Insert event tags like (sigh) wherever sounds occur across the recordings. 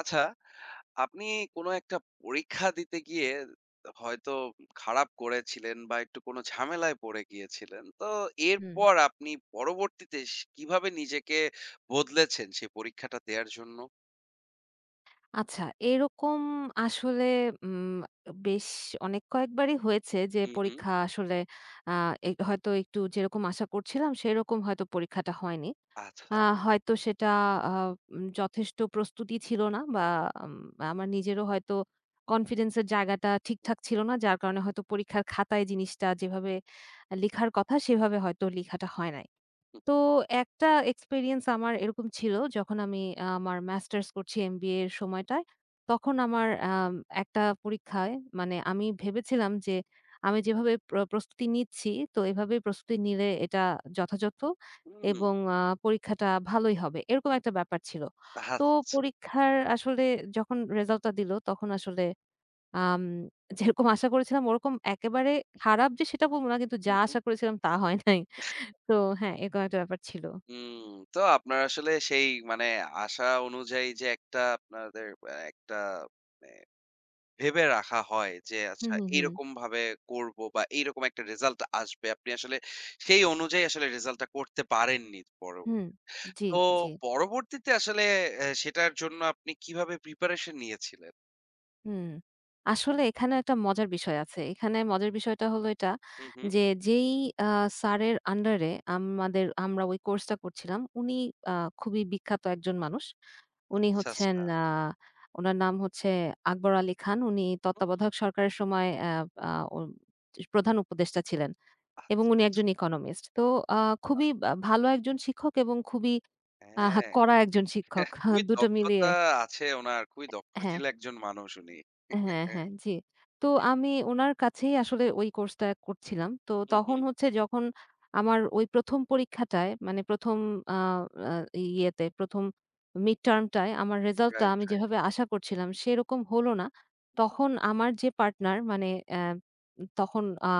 আচ্ছা, আপনি কোনো একটা পরীক্ষা দিতে গিয়ে হয়তো খারাপ করেছিলেন বা একটু কোনো ঝামেলায় পড়ে গিয়েছিলেন। তো হুম। এরপর আপনি পরবর্তীতে কিভাবে নিজেকে বদলেছেন সেই পরীক্ষাটা দেয়ার জন্য? আচ্ছা, এরকম আসলে উম বেশ অনেক কয়েকবারই হয়েছে যে হুম, হুম। পরীক্ষা আসলে আ এ হয়তো একটু যেরকম আশা করছিলাম সেরকম হয়তো পরীক্ষাটা হয়নি। আ আচ্ছা। হয়তো সেটা আ উম যথেষ্ট প্রস্তুতি ছিল না বা উম আমার নিজেরও হয়তো কনফিডেন্স এর জায়গাটা ঠিকঠাক ছিল না। যার কারণে হয়তো পরীক্ষার খাতায় জিনিসটা যেভাবে লেখার কথা সেভাবে হয়তো লেখাটা হয় নাই। তো একটা এক্সপেরিয়েন্স আমার এরকম ছিল যখন আমি আমার মাস্টার্স করছি এমবিএ এর সময়টায়। তখন আমার একটা পরীক্ষায় মানে আমি ভেবেছিলাম যে আমি যেভাবে প্রস্তুতি নিচ্ছি, তো এভাবেই প্রস্তুতি নিলে এটা যথাযথ হুম, এবং পরীক্ষাটা ভালোই হবে। এরকম একটা ব্যাপার ছিল। আচ্ছা, তো আচ্ছা। পরীক্ষার আসলে যখন রেজাল্টটা দিল তখন আসলে আম যেরকম আশা করেছিলাম ওরকম একেবারে খারাপ যে সেটা বলব না, কিন্তু যা হুম, হুম। আশা করেছিলাম তা হয় নাই। তো হ্যাঁ, এরকম একটা ব্যাপার ছিল। হুম, তো আপনার আসলে সেই মানে আশা অনুযায়ী যে একটা আপনাদের একটা মানে ভেবে রাখা হয় যে হুম, আচ্ছা হুম, হুম, এইরকমভাবে করব বা এইরকম একটা রেজাল্ট আসবে। আপনি আসলে সেই অনুযায়ী আসলে রেজাল্টটা করতে পারেননি হুম। পরবর্তী। জি, তো জি। পরবর্তীতে আসলে সেটার জন্য আপনি কিভাবে প্রিপারেশন নিয়েছিলেন? হুম। আসলে এখানে একটা মজার বিষয় আছে। এখানে মজার বিষয়টা হলো এটা হুম, হুম। যে, যেই আ স্যারের আন্ডারে আমাদের আমরা ওই কোর্সটা করছিলাম, উনি আ খুবই বিখ্যাত একজন মানুষ। উনি আচ্ছা, হচ্ছেন আচ্ছা। উনার নাম হচ্ছে আকবর আলী খান। উনি হুম, তত্ত্বাবধায়ক সরকারের সময় অ্যা আ ও প্রধান উপদেষ্টা ছিলেন এবং আচ্ছা, উনি আচ্ছা। একজন ইকোনমিস্ট। তো আ খুবই ভালো একজন শিক্ষক এবং খুবই হ্যাঁ। কড়া একজন শিক্ষক। (laughs) খুবই ২ টো মিলিয়ে। দক্ষতা আছে উনার। খুবই হ্যাঁ, দক্ষশীল একজন মানুষ উনি। হ্যাঁ, হ্যাঁ, হ্যাঁ, জি। তো জি। আমি উনার কাছেই আসলে ওই কোর্সটা করছিলাম। তো হুম, তখন হুম। হচ্ছে, যখন আমার ওই ১ম পরীক্ষাটায়, মানে ১ম আ আ ইয়েতে ১ম মিডটার্ম টায় আমার রেজাল্টটা রাইট, আমি রাইট। যেভাবে আশা করছিলাম সেরকম হলো না। তখন আমার যে পার্টনার, মানে অ্যা তখন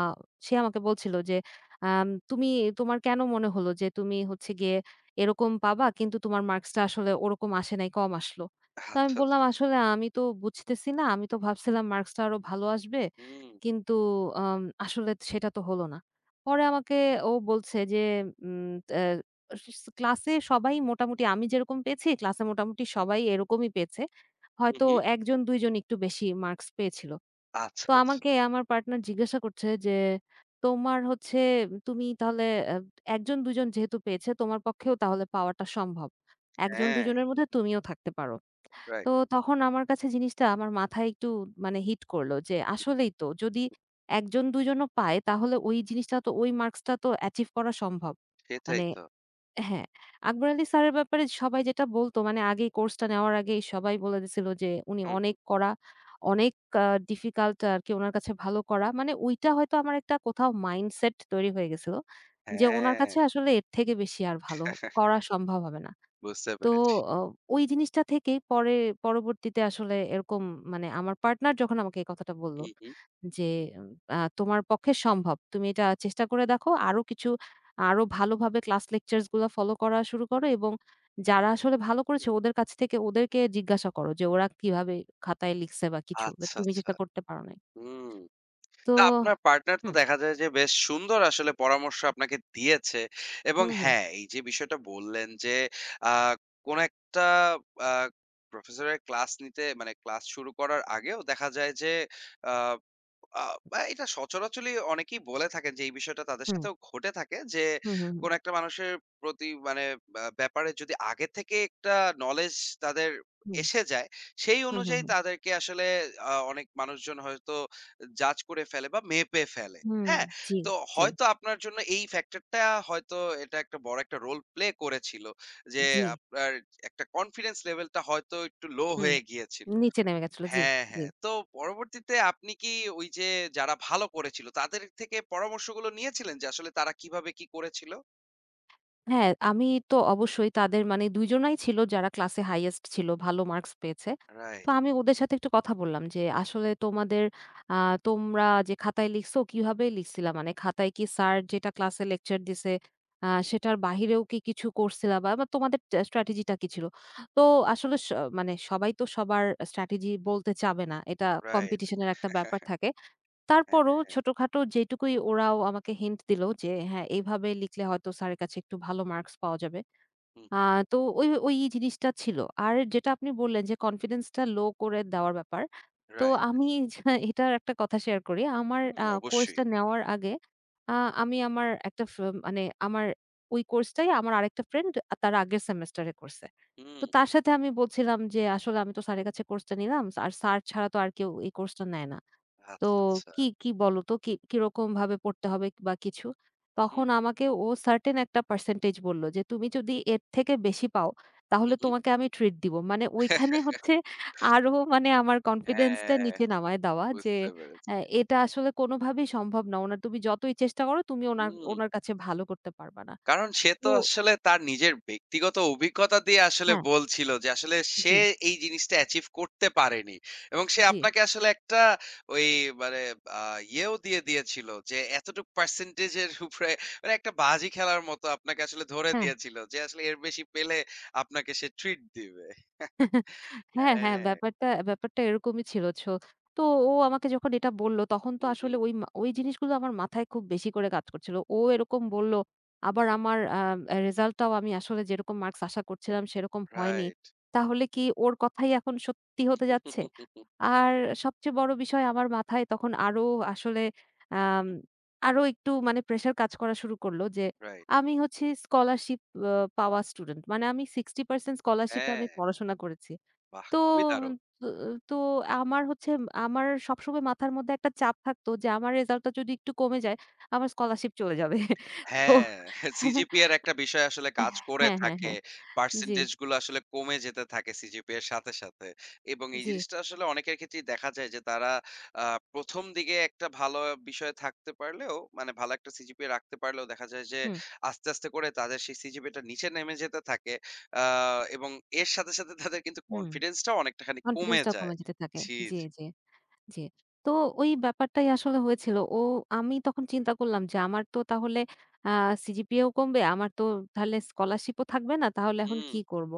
সে আমাকে বলছিল যে, "তুমি তোমার কেন মনে হলো যে তুমি হচ্ছে গিয়ে এরকম পাবা কিন্তু তোমার মার্কসটা আসলে ওরকম আসে নাই, কম আসলো?" তো আমি আচ্ছা, বললাম, আচ্ছা। "আসলে আমি তো বুঝতেছি না। আমি তো ভাবছিলাম মার্কসটা আরো ভালো আসবে। হুম, কিন্তু আসলে সেটা তো হলো না।" পরে আমাকে ও বলছে যে, উম অ্যা "ক্লাসে সবাই মোটামুটি আমি যেরকম পেয়েছি, ক্লাসে মোটামুটি সবাই এরকমই পেয়েছে। হুম, হয়তো হুম। ১ জন ২ জন একটু বেশি মার্কস পেয়েছিল।" আচ্ছা, তো আচ্ছা। আমাকে আমার পার্টনার জিজ্ঞাসা করছে যে, "তোমার হচ্ছে তুমি তাহলে অ্যা ১ জন ২ জন যেহেতু পেয়েছে, তোমার পক্ষেও তাহলে পাওয়াটা সম্ভব। ১ জন ২ হ্যাঁ, জনের মধ্যে তুমিও থাকতে পারো।" তো রাইট। তখন আমার কাছে জিনিসটা, আমার মাথায় একটু মানে হিট করলো যে আসলেই তো, যদি ১ জন ২ জনও পায় তাহলে ওই জিনিসটা তো, ওই মার্কসটা তো অ্যাচিভ করা সম্ভব। সেটাই মানে তো। হ্যাঁ, আকবর আলী স্যারের ব্যাপারে সবাই যেটা বলতো, মানে আগেই কোর্সটা নেওয়ার আগেই সবাই বলে দিছিল যে উনি অনেক হুম, কড়া, অনেক ডিফিকাল্ট আরকি উনার কাছে ভালো করা। মানে ওইটা হয়তো আমার একটা কোথাও মাইন্ডসেট তৈরি হয়ে গেছিল। যে উনার হ্যাঁ। কাছে আসলে এর থেকে বেশি আর ভালো করা সম্ভব হবে না। বুঝতে তো পেরেছি। অ ওই জিনিসটা থেকেই পরে পরবর্তীতে আসলে এরকম, মানে আমার পার্টনার যখন আমাকে এই কথাটা বলল হুম, হুম, যে, "তোমার পক্ষে সম্ভব। তুমি এটা চেষ্টা করে দেখো। আরো কিছু আরো ভালোভাবে ক্লাস লেকচারস গুলা ফলো করা শুরু করো এবং যারা আসলে ভালো করেছে হুম। ওদের কাছ থেকে ওদেরকে জিজ্ঞাসা করো যে ওরা কিভাবে খাতায় লিখছে বা কিছু। বাট আচ্ছা, তুমি আচ্ছা। যেটা করতে পারো নাই।" হুম। তো না, আপনার পার্টনার তো হুম, দেখা যায় যে বেশ সুন্দর আসলে পরামর্শ আপনাকে দিয়েছে। এবং হুম, হুম, হ্যাঁ, এই যে বিষয়টা বললেন যে আ কোন একটা আ প্রফেসরের ক্লাস নিতে মানে ক্লাস শুরু করার আগেও দেখা যায় যে আ আ বা এটা সচরাচরই অনেকেই বলে থাকেন যে এই বিষয়টা তাদের হুম, সাথেও ঘটে থাকে যে হুম, হুম, হুম, কোন একটা মানুষের প্রতি মানে ব্যাপারে যদি আগে থেকে একটা নলেজ তাদের হুম, এসে যায়, সেই হুম, হুম, অনুযায়ী হুম, তাদেরকে আসলে অনেক মানুষজন হয়তো জাজ করে ফেলে বা মেপে ফেলে। হুম, হ্যাঁ? জি, তো জি, হয়তো আপনার জন্য এই ফ্যাক্টরটা হয়তো এটা একটা বড় একটা রোল প্লে করেছিল। যে জি, আপনার একটা কনফিডেন্স লেভেলটা হয়তো একটু লো হুম। হয়ে গিয়েছিল। নিচে নেমে গেছিল। জি, হ্যাঁ, জি। হ্যাঁ। তো পরবর্তীতে আপনি কি ওই যে যারা ভালো করেছিল তাদের থেকে পরামর্শগুলো নিয়েছিলেন যে আসলে তারা কিভাবে কি করেছিল? হ্যাঁ, আমি তো অবশ্যই তাদের, মানে ২ জনাই ছিল যারা ক্লাসে হাইয়েস্ট ছিল, ভালো মার্কস পেয়েছে। তো রাইট, আমি ওদের সাথে একটু কথা বললাম যে, "আসলে তোমাদের আ তোমরা যে খাতায় লিখছো, কিভাবে লিখছিলা? মানে খাতায় কি স্যার যেটা ক্লাসে লেকচার দিছে, সেটার বাহিরেও কি কিছু করছিলা বা বা তোমাদের স্ট্র্যাটেজি টা কি ছিল?" তো আসলে মানে সবাই তো সবার স্ট্র্যাটেজি বলতে চাবে না। এটা রাইট। কম্পিটিশন এর একটা ব্যাপার থাকে। হ্যাঁ, তারপরও হ্যাঁ। ছোটখাটো যেটুকুই ওরাও আমাকে হিন্ট দিলো যে, হ্যাঁ, এইভাবে লিখলে হয়তো স্যারের কাছে একটু ভালো মার্কস পাওয়া যাবে। হুম, আ তো ওই, ওই জিনিসটা ছিল। আর যেটা আপনি বললেন যে কনফিডেন্সটা লো করে দেওয়ার ব্যাপার। তো রাইট। আমি যা এটার একটা কথা শেয়ার করি। আমার হুম, অবশ্যই। কোর্সটা নেওয়ার আগে আ আমি আমার একটা মানে আমার ওই কোর্সটাই আমার আরেকটা ফ্রেন্ড তার আগের সেমেস্টারে করছে। হুম, তো তার সাথে আমি বলছিলাম যে, "আসলে আমি তো স্যারের কাছে কোর্সটা নিলাম। আর স্যার ছাড়া তো আর কেউ এই কোর্সটা নেয় না।" তো আচ্ছা, আচ্ছা। কি, কি বলো তো কি কিরকমভাবে পড়তে হবে বা কিছু? তখন হুম, আমাকে ও সার্টেন একটা পার্সেন্টেজ বলল যে, "তুমি যদি এর থেকে বেশি পাও হু, তাহলে হু। তোমাকে আমি ট্রিট দিব।" মানে ওইখানে হচ্ছে আরো, মানে আমার কনফিডেন্সটা হ্যাঁ, নিচে নামায় দেওয়া যে, বুঝতে পেরেছি। এটা আসলে কোনোভাবেই সম্ভব না। ওনার, তুমি যতই চেষ্টা করো তুমি ওনার, হুম। ওনার কাছে ভালো করতে পারবা না। কারণ সে তো তো আসলে তার নিজের ব্যক্তিগত অভিজ্ঞতা দিয়ে আসলে হ্যাঁ, বলছিল যে আসলে জি, সে এই জিনিসটা অ্যাচিভ করতে পারেনি। এবং সে জি, আপনাকে আসলে একটা ওই মানে আ ইয়েও দিয়ে দিয়েছিল যে এতটুক পার্সেন্টেজ এর উপরে, মানে একটা বাজি খেলার মতো আপনাকে আসলে ধরে হ্যাঁ। দিয়েছিল যে আসলে এর বেশি পেলে আপনাকে সে ট্রিট দিবে। হ্যাঁ, হ্যাঁ, হ্যাঁ। ব্যাপারটা ব্যাপারটা এরকমই ছিল। তো ও আমাকে যখন এটা বলল, তখন তো হু, হু। আসলে ওই জিনিসগুলো আমার মাথায় খুব বেশি করে কাজ করছিল। ও এরকম বলল, আবার আমার রেজাল্টটাও আমি আসলে যেরকম মার্কস আশা করছিলাম সেরকম হয়নি। রাইট। তাহলে কি ওর কথাই এখন সত্যি হতে যাচ্ছে? রাইট। (laughs) আর সবচেয়ে বড় বিষয়, আমার মাথায় তখন আরো আসলে আম আরো একটু, মানে প্রেশার কাজ করা শুরু করল যে আমি হচ্ছে স্কলারশিপ আ পাওয়া স্টুডেন্ট। মানে আমি 60% স্কলারশিপে হ্যাঁ, আমি পড়াশোনা করেছি। বাহ! তো, খুবই দারুণ। তো, তো আমার হচ্ছে, আমার সবসময় মাথার মধ্যে একটা চাপ থাকতো যে আমার রেজাল্টটা যদি একটু কমে যায়, আমার স্কলারশিপ চলে যাবে। (laughs) তো হ্যাঁ, সিজিপিএ এর একটা বিষয় আসলে কাজ করে হ্যাঁ, হ্যাঁ, হ্যাঁ, থাকে। হ্যাঁ। জি, পার্সেন্টেজ গুলো আসলে কমে যেতে থাকে সিজিপিএ এর সাথে, সাথে। এবং এই জি। জিনিসটা আসলে অনেকের ক্ষেত্রেই দেখা যায় যে তারা আ ১ম দিকে একটা ভালো বিষয়ে থাকতে পারলেও মানে ভালো একটা সিজিপিএ রাখতে পারলেও দেখা যায় যে হুম, আস্তে, আস্তে করে তাদের সেই সিজিপিএ টা নিচে নেমে যেতে থাকে। আ এবং এর সাথে, সাথে তাদের কিন্তু হুম। কনফিডেন্স টাও অনেকটা খানি কনফিডেন্স কমে টাও যায়। কমে যেতে থাকে। জি, জি, জি। জি। জি। তো ওই ব্যাপারটাই আসলে হয়েছিল। ও আমি তখন চিন্তা করলাম যে আমার তো তাহলে আ সিজিপিএও কমবে। আমার তো তাহলে স্কলারশিপও থাকবে না। তাহলে এখন হুম, কি করব?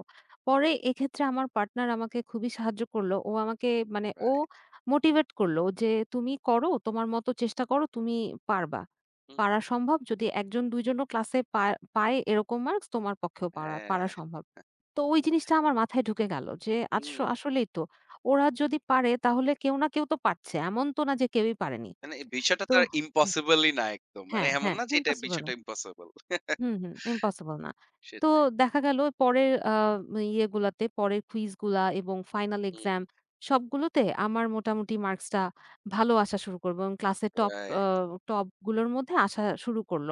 পরে এক্ষেত্রে আমার পার্টনার আমাকে খুবই সাহায্য করলো। ও আমাকে, মানে ও রাইট। মোটিভেট করলো যে, "তুমি করো, তোমার মতো চেষ্টা করো, তুমি পারবা। হুম, পারা সম্ভব। যদি ১ জন ২ জনও ক্লাসে পায় এরকম মার্কস, তোমার পক্ষেও পারা পারা হ্যাঁ। সম্ভব।" তো ওই জিনিসটা আমার মাথায় ঢুকে গেল যে হুম। আসলেই তো, ওরা যদি পারে তাহলে কেউ না কেউ তো পারছে। এমন তো না যে কেউই পারেনি। মানে এই বিষয়টা তো তো আর হুম, ইম্পসিবলই না একদম। মানে হ্যাঁ, এমন হ্যাঁ, না যে এটা ইম্পসিবল না। বিষয়টা ইম্পসিবল। (laughs) হুম, হুম। ইম্পসিবল না। তো সেটা। দেখা গেল পরের ইয়েগুলাতে, পরের কুইজগুলা এবং ফাইনাল হুম, এক্সাম সবগুলোতে আমার মোটামুটি মার্কসটা ভালো আসা শুরু করল এবং ক্লাসের টপ আ রাইট, টপ গুলোর মধ্যে আসা শুরু করল।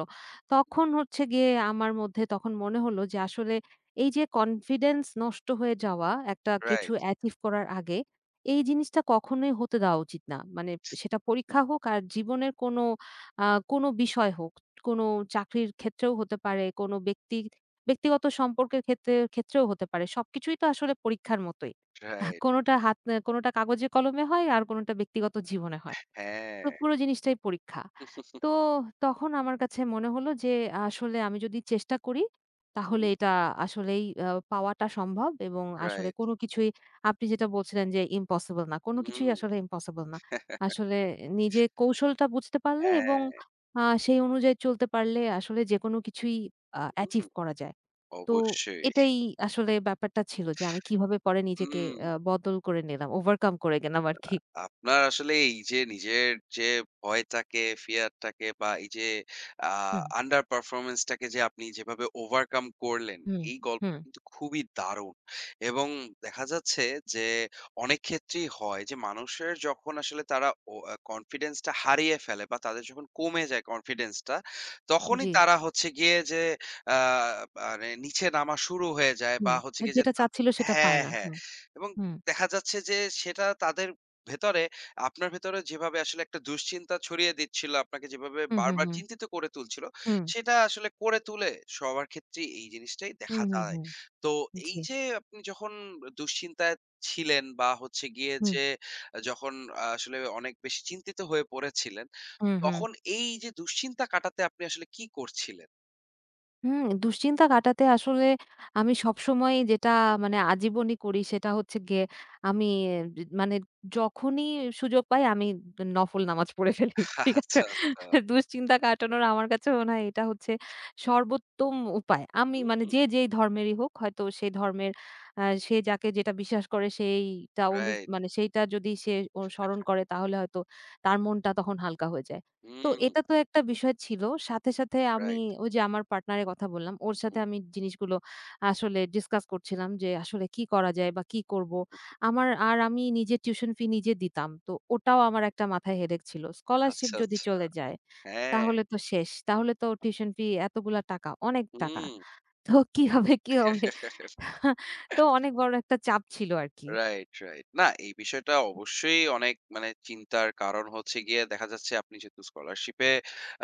তখন হচ্ছে গিয়ে আমার মধ্যে তখন মনে হলো যে আসলে এই যে কনফিডেন্স নষ্ট হয়ে যাওয়া, একটা কিছু রাইট, অ্যাচিভ করার আগে, এই জিনিসটা কখনোই হতে দেওয়া উচিত না। মানে সেটা পরীক্ষা হোক আর জীবনের কোনো আ কোনো বিষয় হোক। কোনো চাকরির ক্ষেত্রেও হতে পারে, কোনো ব্যক্তিগত সম্পর্কের ক্ষেত্রেও হতে পারে। সবকিছুই তো আসলে পরীক্ষার মতোই। রাইট। কোনোটা কোনোটা কাগজে কলমে হয় আর কোনোটা ব্যক্তিগত জীবনে হয়। তো হ্যাঁ, পুরো জিনিসটাই পরীক্ষা। তো তখন আমার কাছে মনে হলো যে আসলে আমি যদি চেষ্টা করি তাহলে হুম, এটা আসলেই পাওয়াটা সম্ভব এবং আসলে রাইট। কোনো কিছুই, আপনি যেটা বলছিলেন যে ইম্পসিবল না। কোনো হুম, right, কিছুই right, right। আসলে ইম্পসিবল না। আসলে নিজে কৌশলটা বুঝতে পারলে এবং হ্যাঁ, সেই অনুযায়ী চলতে পারলে আসলে যেকোনো কিছুই অ্যাচিভ হুম, করা যায়। তো অবশ্যই। এটাই আসলে ব্যাপারটা ছিল যে আমি কিভাবে পরে নিজেকে হুম। বদল করে নিলাম, ওভারকাম করে গেলাম আরকি। আপনার আসলে এই যে নিজের যে ভয়টাকে, ফিয়ারটাকে বা এই যে আ হুম, আন্ডার পারফরম্যান্স টাকে যে আপনি যেভাবে ওভারকাম করলেন, হুম, এই হুম। গল্পটা কিন্তু খুবই দারুণ। এবং দেখা যাচ্ছে যে অনেক ক্ষেত্রেই হয় যে মানুষের যখন আসলে তারা ও আ কনফিডেন্স টা হারিয়ে ফেলে বা তাদের যখন কমে যায় কনফিডেন্স টা, তখনই জি। তারা হচ্ছে গিয়ে যে আ মানে নিচে নামা শুরু হয়ে যায় বা হুম, হচ্ছে আর গিয়ে যে যেটা তা। চাচ্ছিল সেটা পায় হ্যাঁ, না। হ্যাঁ। হ্যাঁ। এবং হুম। দেখা যাচ্ছে যে সেটা তাদের ভেতরে, আপনার ভেতরে যেভাবে আসলে একটা দুশ্চিন্তা ছড়িয়ে দিচ্ছিল, আপনাকে যেভাবে হুম, হুম, বারবার হুম। চিন্তিত করে তুলছিল, হুম। সেটা আসলে করে তুলে সবার ক্ষেত্রেই এই জিনিসটাই হুম, দেখা হুম, যায়। হুম। তো এই জি। যে আপনি যখন দুশ্চিন্তায় ছিলেন বা হচ্ছে গিয়ে হুম, যে যখন আসলে অনেক বেশি চিন্তিত হয়ে পড়েছিলেন, হুম, হুম। তখন এই যে দুশ্চিন্তা কাটাতে আপনি আসলে কি করছিলেন? হুম, দুশ্চিন্তা কাটাতে আসলে আমি সবসময় যেটা, হুম, মানে হুম। আজীবনই করি সেটা হচ্ছে গিয়ে, আমি মানে যখনই সুযোগ পাই আমি নফল নামাজ পড়ে ফেলি। (laughs) ঠিক আছে? আচ্ছা, আচ্ছা। দুশ্চিন্তা কাটানোর আমার কাছে মনে হয় এটা হচ্ছে সর্বোত্তম উপায়। আমি মানে, হুম, যে, যেই ধর্মেরই হোক হয়তো সেই ধর্মের সে যাকে যেটা বিশ্বাস করে সেইটা, রাইট। মানে সেইটা যদি সে স্মরণ করে তাহলে হয়তো তার মনটা তখন হালকা হয়ে যায়। তো হুম, এটা তো একটা বিষয় ছিল। সাথে, সাথে আমি রাইট। ওই যে আমার পার্টনারের কথা বললাম। ওর সাথে হুম, আমি জিনিসগুলো আসলে ডিসকাস করছিলাম যে আসলে কি করা যায় বা কি করব। আমার আর আমি নিজে টিউশন ফি নিজে দিতাম। তো ওটাও আমার একটা মাথায় হেডেক ছিল। স্কলারশিপ আচ্ছা, যদি আচ্ছা। চলে যায় হ্যাঁ, তাহলে তো শেষ। তাহলে তো টিউশন ফি এতগুলা টাকা, অনেক টাকা। হুম। তো কি হবে, কি হবে? (laughs) (laughs) তো অনেক বড় একটা চাপ ছিল আরকি। Right, right. না এই বিষয়টা অবশ্যই অনেক মানে চিন্তার কারণ। হচ্ছে গিয়ে দেখা যাচ্ছে আপনি যেহেতু স্কলারশিপে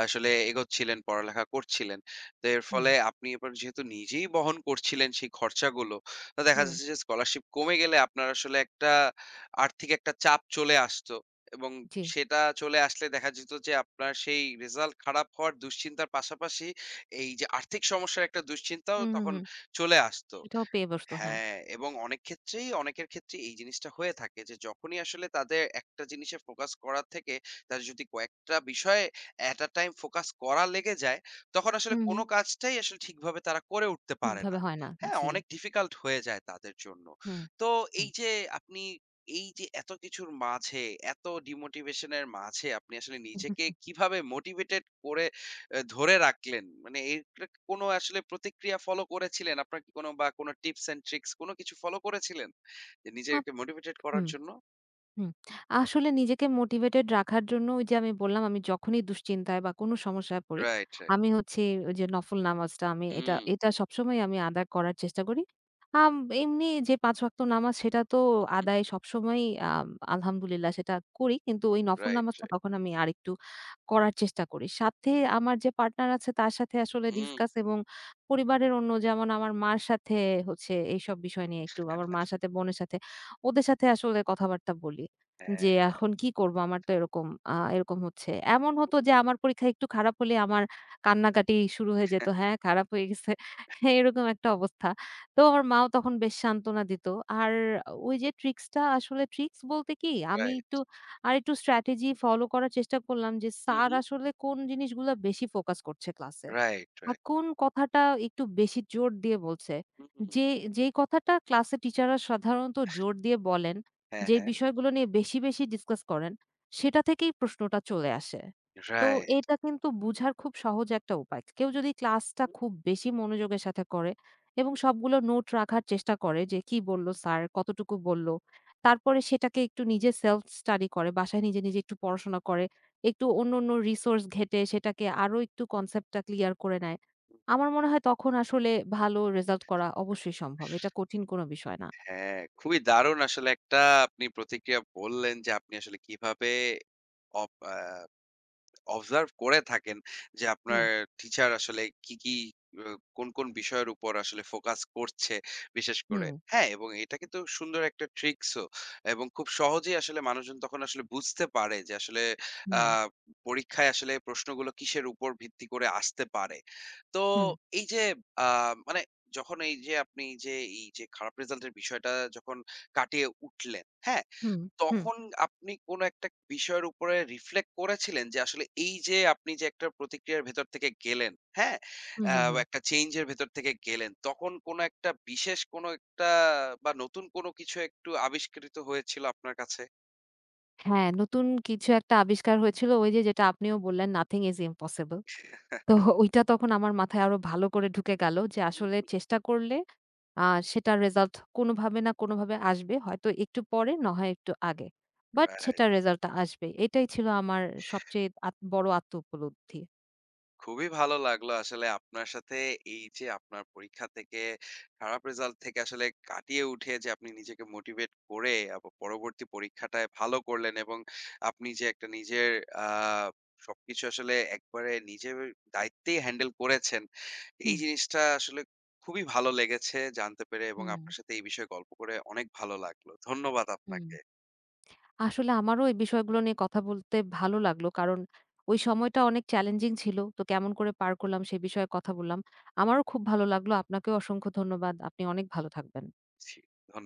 আসলে এগোচ্ছিলেন, পড়ালেখা করছিলেন। তো এর হুম, ফলে আপনি এবার যেহেতু নিজেই বহন করছিলেন সেই খরচাগুলো, তো দেখা হুম, যাচ্ছে যে স্কলারশিপ কমে গেলে আপনার আসলে একটা আর্থিক একটা চাপ চলে আসতো এবং জি। সেটা চলে আসলে দেখা যেত যে আপনার সেই রেজাল্ট খারাপ হওয়ার দুশ্চিন্তার পাশাপাশি এই যে আর্থিক সমস্যার একটা দুশ্চিন্তাও হুম, হুম, তখন হুম। চলে আসতো। এটাও পেয়ে বসতো, হ্যাঁ। হ্যাঁ, এবং অনেক ক্ষেত্রেই, অনেকের ক্ষেত্রেই এই জিনিসটা হয়ে থাকে যে, যখনই আসলে তাদের একটা জিনিসে ফোকাস করার থেকে তারা যদি কয়েকটা বিষয়ে at a time ফোকাস করা লেগে যায়, তখন আসলে হুম, কোন হুম। কাজটাই আসলে ঠিকভাবে তারা করে উঠতে পারে ঠিকভাবে না। হয় না। হ্যাঁ, জি। অনেক ডিফিকাল্ট হয়ে যায় তাদের জন্য। হুম, তো হুম। এই যে আপনি, এই যে এত কিছুর মাঝে, এত ডিমোটিভেশন এর মাঝে আপনি আসলে নিজেকে কিভাবে মোটিভেটেড করে ধরে রাখলেন? মানে এটা কোনো আসলে প্রতিক্রিয়া ফলো করেছিলেন? আপনার কি কোনো বা কোনো টিপস অ্যান্ড ট্রিকস কোনো কিছু ফলো করেছিলেন? যে আপ নিজেকে মোটিভেটেড করার হুম, জন্য? হুম। আসলে নিজেকে মোটিভেটেড রাখার জন্য ওই যে আমি বললাম, আমি যখনই দুশ্চিন্তায় বা কোনো সমস্যায় পড়ি, রাইট, রাইট। আমি হচ্ছে ওই যে নফল নামাজটা আমি হুম, এটা হুম। এটা সবসময় আমি আদায় করার চেষ্টা করি। আম এমনি যে ৫ ওয়াক্ত নামাজ সেটা তো আদায় সবসময়ই আলহামদুলিল্লাহ সেটা করি। কিন্তু ওই নফল রাইট, নামাজটা রাইট। তখন আমি আরেকটু করার চেষ্টা করি। সাথে আমার যে পার্টনার আছে তার সাথে আসলে হুম, ডিসকাস এবং পরিবারের অন্য, যেমন আমার মার সাথে হচ্ছে এইসব বিষয় নিয়ে একটু আমার মার সাথে, বোনের সাথে, ওদের সাথে আসলে কথাবার্তা বলি। হ্যাঁ। যে এখন কি করব? আমার তো এরকম এরকম হচ্ছে। এমন হতো যে আমার পরীক্ষা একটু খারাপ হলে আমার কান্নাকাটি শুরু হয়ে যেত। হ্যাঁ, খারাপ হয়ে গেছে। (laughs) এরকম একটা অবস্থা। তো আমার মাও তখন বেশ সান্ত্বনা দিত। আর ওই যে ট্রিক্স টা, আসলে ট্রিক্স বলতে কি আমি রাইট। একটু আরেকটু স্ট্র্যাটেজি ফলো করার চেষ্টা করলাম যে হুম, স্যার হুম। আসলে কোন জিনিসগুলা বেশি ফোকাস করছে ক্লাসে। Right, right. এখন কথাটা একটু বেশি জোর দিয়ে বলছে। হুম। যে, যেই কথাটা ক্লাসে টিচাররা সাধারণত জোর দিয়ে বলেন, হ্যাঁ, যে হ্যাঁ। বিষয়গুলো নিয়ে বেশি, বেশি ডিসকাস করেন, সেটা থেকেই প্রশ্নটা চলে আসে। তো রাইট। এটা কিন্তু বুঝার খুব সহজ একটা উপায়। কেউ যদি ক্লাসটা খুব বেশি মনোযোগের সাথে করে এবং সবগুলো নোট রাখার চেষ্টা করে যে কি বলল স্যার, কতটুকু বলল। তারপরে সেটাকে একটু নিজে সেলফ স্টাডি করে, বাসায় নিজে, নিজে একটু পড়াশোনা করে, একটু অন্য, অন্য রিসোর্স ঘেঁটে সেটাকে আরো একটু কনসেপ্টটা ক্লিয়ার করে নেয়, আমার মনে হয় তখন আসলে ভালো রেজাল্ট করা অবশ্যই সম্ভব। এটা কঠিন কোনো বিষয় না। হ্যাঁ, খুবই দারুণ আসলে একটা। আপনি প্রতিক্রিয়া বললেন যে আপনি আসলে কিভাবে অপ আ অবজার্ভ করে থাকেন যে হুম, আপনার টিচার আসলে কি, কি অ কোন, কোন বিষয়ের উপর আসলে ফোকাস করছে বিশেষ করে। হুম, হ্যাঁ, এবং এটা কিন্তু সুন্দর একটা ট্রিক্সও। এবং খুব সহজেই আসলে মানুষজন তখন আসলে বুঝতে পারে যে আসলে আ হুম, পরীক্ষায় আসলে প্রশ্নগুলো কিসের উপর ভিত্তি করে আসতে পারে। তো হুম, এই যে আ মানে যখন এই যে আপনি যে এই যে খারাপ রেজাল্ট এর বিষয়টা যখন কাটিয়ে উঠলেন, হ্যাঁ? হুম, হুম, তখন আপনি কোন একটা বিষয়ের উপরে রিফ্লেক্ট করেছিলেন যে আসলে এই যে আপনি যে একটা প্রতিক্রিয়ার ভেতর থেকে গেলেন, হ্যাঁ? হুম, আ হুম, হুম। একটা চেঞ্জ এর ভেতর থেকে গেলেন। তখন কোন একটা বিশেষ কোন একটা বা নতুন কোন কিছু একটু আবিষ্কৃত হয়েছিল আপনার কাছে? হ্যাঁ, নতুন কিছু একটা আবিষ্কার হয়েছিল ওই যে, যেটা আপনিও বললেন, nothing is impossible. তো (laughs) ওইটা তখন আমার মাথায় আরো ভালো করে ঢুকে গেল যে হুম, আসলে হুম। চেষ্টা করলে আ সেটার রেজাল্ট কোনোভাবে না কোনোভাবে আসবে। হয়তো একটু পরে না হয় একটু আগে। But right. সেটার রেজাল্টটা আসবে। এটাই ছিল আমার সবচেয়ে বড় আত্ম উপলব্ধি। খুবই ভালো লাগলো আসলে আপনার সাথে, এই যে আপনার পরীক্ষা থেকে, খারাপ রেজাল্ট থেকে আসলে কাটিয়ে উঠে যে আপনি নিজেকে মোটিভেট করে আবার পরবর্তী পরীক্ষাটায় ভালো করলেন এবং আপনি যে একটা নিজের আহ সবকিছু আসলে একবারে নিজের দায়িত্বেই হ্যান্ডেল করেছেন, এই হুম, জিনিসটা আসলে খুবই ভালো লেগেছে জানতে পেরে, এবং হুম, আপনার সাথে এই বিষয়ে গল্প করে অনেক ভালো লাগলো। ধন্যবাদ হুম। আপনাকে। আসলে আমারও এই বিষয়গুলো নিয়ে কথা বলতে ভালো লাগলো। কারণ ওই সময়টা অনেক চ্যালেঞ্জিং ছিল। তো কেমন করে পার করলাম সে বিষয়ে কথা বললাম। আমারও খুব ভালো লাগলো। আপনাকেও অসংখ্য ধন্যবাদ। আপনি অনেক ভালো থাকবেন। জি, ধন্যবাদ।